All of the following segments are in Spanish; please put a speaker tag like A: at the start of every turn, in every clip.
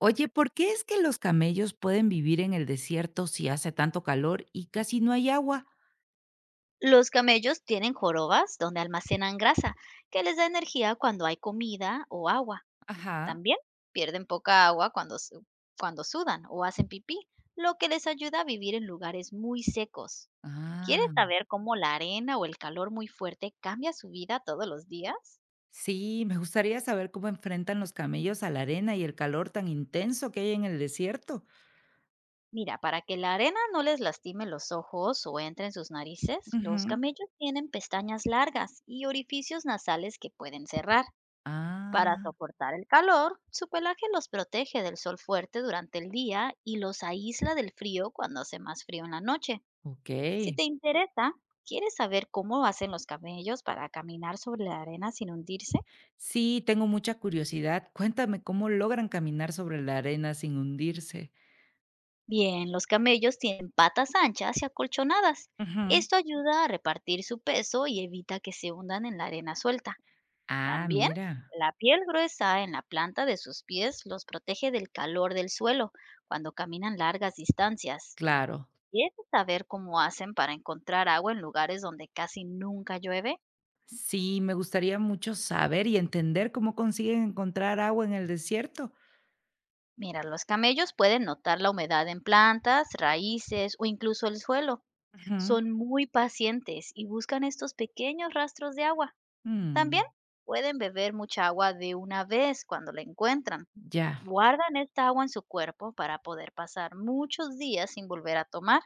A: Oye, ¿por qué es que los camellos pueden vivir en el desierto si hace tanto calor y casi no hay agua?
B: Los camellos tienen jorobas donde almacenan grasa, que les da energía cuando hay comida o agua.
A: Ajá.
B: También pierden poca agua cuando, cuando sudan o hacen pipí, lo que les ayuda a vivir en lugares muy secos. ¿Quieres
A: Ah.
B: saber cómo la arena o el calor muy fuerte cambia su vida todos los días?
A: Sí, me gustaría saber cómo enfrentan los camellos a la arena y el calor tan intenso que hay en el desierto.
B: Mira, para que la arena no les lastime los ojos o entre en sus narices, los
A: Ujú.
B: camellos tienen pestañas largas y orificios nasales que pueden cerrar.
A: Ah,
B: Para soportar el calor, su pelaje los protege del sol fuerte durante el día y los aísla del frío cuando hace más frío en la noche. Si
A: ok.
B: te interesa, ¿quieres saber cómo hacen los camellos para caminar sobre la arena sin hundirse?
A: Sí, tengo mucha curiosidad. Cuéntame cómo logran caminar sobre la arena sin hundirse.
B: Bien, los camellos tienen patas anchas y acolchonadas.
A: Ujú.
B: Esto ayuda a repartir su peso y evita que se hundan en la arena suelta.
A: Ah,
B: También,
A: mira,
B: la piel gruesa en la planta de sus pies los protege del calor del suelo cuando caminan largas distancias.
A: claro.
B: ¿Quieres saber cómo hacen para encontrar agua en lugares donde casi nunca llueve?
A: Sí, me gustaría mucho saber y entender cómo consiguen encontrar agua en el desierto.
B: Mira, los camellos pueden notar la humedad en plantas, raíces o incluso el suelo.
A: Ujú.
B: Son muy pacientes y buscan estos pequeños rastros de agua.
A: Mm,
B: También pueden beber mucha agua de una vez cuando la encuentran.
A: ya,
B: Guardan esta agua en su cuerpo para poder pasar muchos días sin volver a tomar.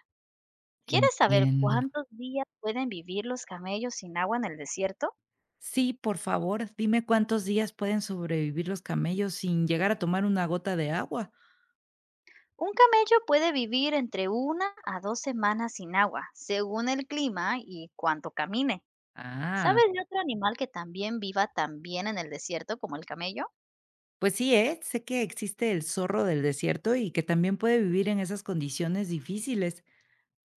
B: ¿Quieres saber
A: entiendo.
B: cuántos días pueden vivir los camellos sin agua en el desierto?
A: Sí, por favor, dime cuántos días pueden sobrevivir los camellos sin llegar a tomar una gota de agua.
B: Un camello puede vivir entre una a dos semanas sin agua, según el clima y cuánto camine.
A: Ah,
B: ¿Sabes de otro animal que también viva también en el desierto como el camello?
A: pues sí, ¿eh? Sé que existe el zorro del desierto y que también puede vivir en esas condiciones difíciles.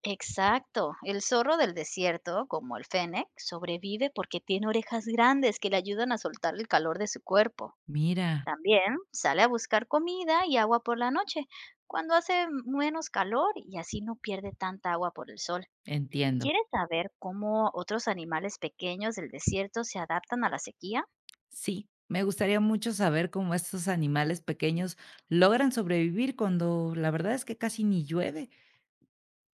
B: Exacto, el zorro del desierto, como el fennec, sobrevive porque tiene orejas grandes que le ayudan a soltar el calor de su cuerpo.
A: Mira,
B: También sale a buscar comida y agua por la noche, cuando hace menos calor y así no pierde tanta agua por el sol.
A: entiendo.
B: ¿Quieres saber cómo otros animales pequeños del desierto se adaptan a la sequía?
A: Sí, me gustaría mucho saber cómo estos animales pequeños logran sobrevivir cuando la verdad es que casi ni llueve.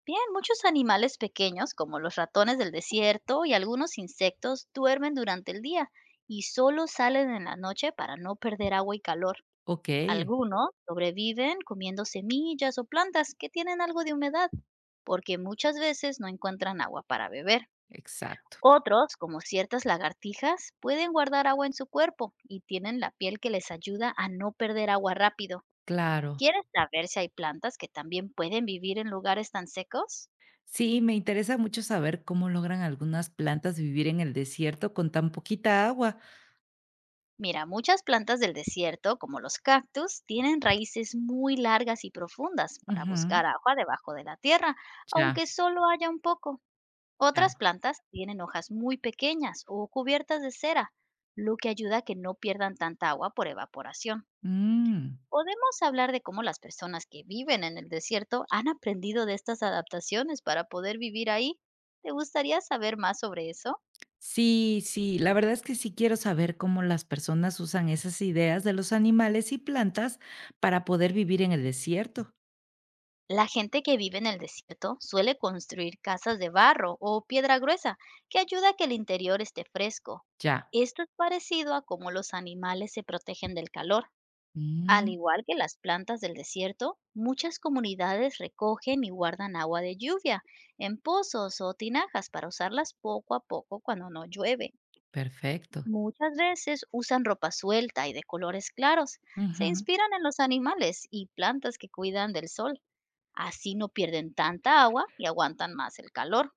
B: Bien, muchos animales pequeños, como los ratones del desierto y algunos insectos, duermen durante el día y solo salen en la noche para no perder agua y calor.
A: Ok,
B: Algunos sobreviven comiendo semillas o plantas que tienen algo de humedad, porque muchas veces no encuentran agua para beber.
A: exacto.
B: Otros, como ciertas lagartijas, pueden guardar agua en su cuerpo y tienen la piel que les ayuda a no perder agua rápido.
A: Claro.
B: ¿Quieres saber si hay plantas que también pueden vivir en lugares tan secos?
A: Sí, me interesa mucho saber cómo logran algunas plantas vivir en el desierto con tan poquita agua.
B: Mira, muchas plantas del desierto, como los cactus, tienen raíces muy largas y profundas para
A: Ujú.
B: buscar agua debajo de la tierra,
A: Ya,
B: aunque solo haya un poco. Otras
A: ya.
B: plantas tienen hojas muy pequeñas o cubiertas de cera, lo que ayuda a que no pierdan tanta agua por evaporación.
A: Mm.
B: Podemos hablar de cómo las personas que viven en el desierto han aprendido de estas adaptaciones para poder vivir ahí. ¿Te gustaría saber más sobre eso?
A: Sí, sí, la verdad es que sí quiero saber cómo las personas usan esas ideas de los animales y plantas para poder vivir en el desierto.
B: La gente que vive en el desierto suele construir casas de barro o piedra gruesa, que ayuda a que el interior esté fresco.
A: Ya.
B: Esto es parecido a cómo los animales se protegen del calor. Al
A: Mm.
B: igual que las plantas del desierto, muchas comunidades recogen y guardan agua de lluvia en pozos o tinajas para usarlas poco a poco cuando no llueve.
A: Perfecto.
B: Muchas veces usan ropa suelta y de colores claros. Se
A: Ujú.
B: inspiran en los animales y plantas que cuidan del sol. Así no pierden tanta agua y aguantan más el calor.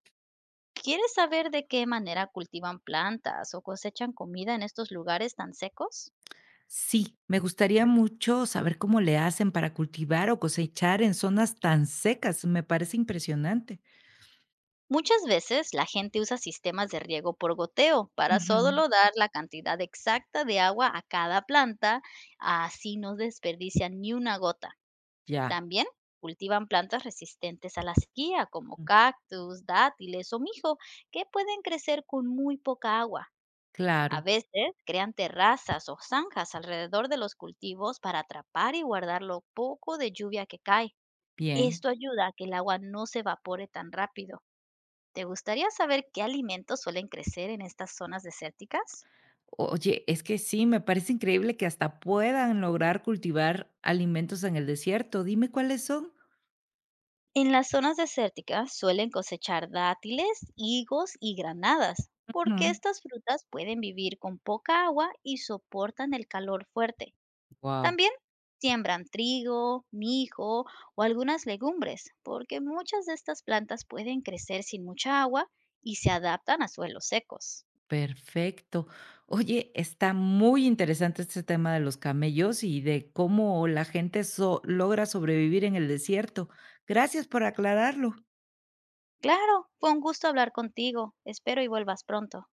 B: ¿Quieres saber de qué manera cultivan plantas o cosechan comida en estos lugares tan secos?
A: Sí, me gustaría mucho saber cómo le hacen para cultivar o cosechar en zonas tan secas. Me parece impresionante.
B: Muchas veces la gente usa sistemas de riego por goteo para
A: Ujú.
B: solo dar la cantidad exacta de agua a cada planta, así no desperdician ni una gota.
A: Ya,
B: También cultivan plantas resistentes a la sequía, como
A: mm,
B: cactus, dátiles o mijo, que pueden crecer con muy poca agua. A
A: claro.
B: veces crean terrazas o zanjas alrededor de los cultivos para atrapar y guardar lo poco de lluvia que cae.
A: Bien.
B: Esto ayuda a que el agua no se evapore tan rápido. ¿Te gustaría saber qué alimentos suelen crecer en estas zonas desérticas?
A: Oye, es que sí, me parece increíble que hasta puedan lograr cultivar alimentos en el desierto. Dime cuáles son.
B: En las zonas desérticas suelen cosechar dátiles, higos y granadas, porque estas frutas pueden vivir con poca agua y soportan el calor fuerte.
A: Wow,
B: También siembran trigo, mijo o algunas legumbres, porque muchas de estas plantas pueden crecer sin mucha agua y se adaptan a suelos secos.
A: perfecto. Oye, está muy interesante este tema de los camellos y de cómo la gente logra sobrevivir en el desierto. Gracias por aclararlo.
B: Claro, fue un gusto hablar contigo. Espero y vuelvas pronto.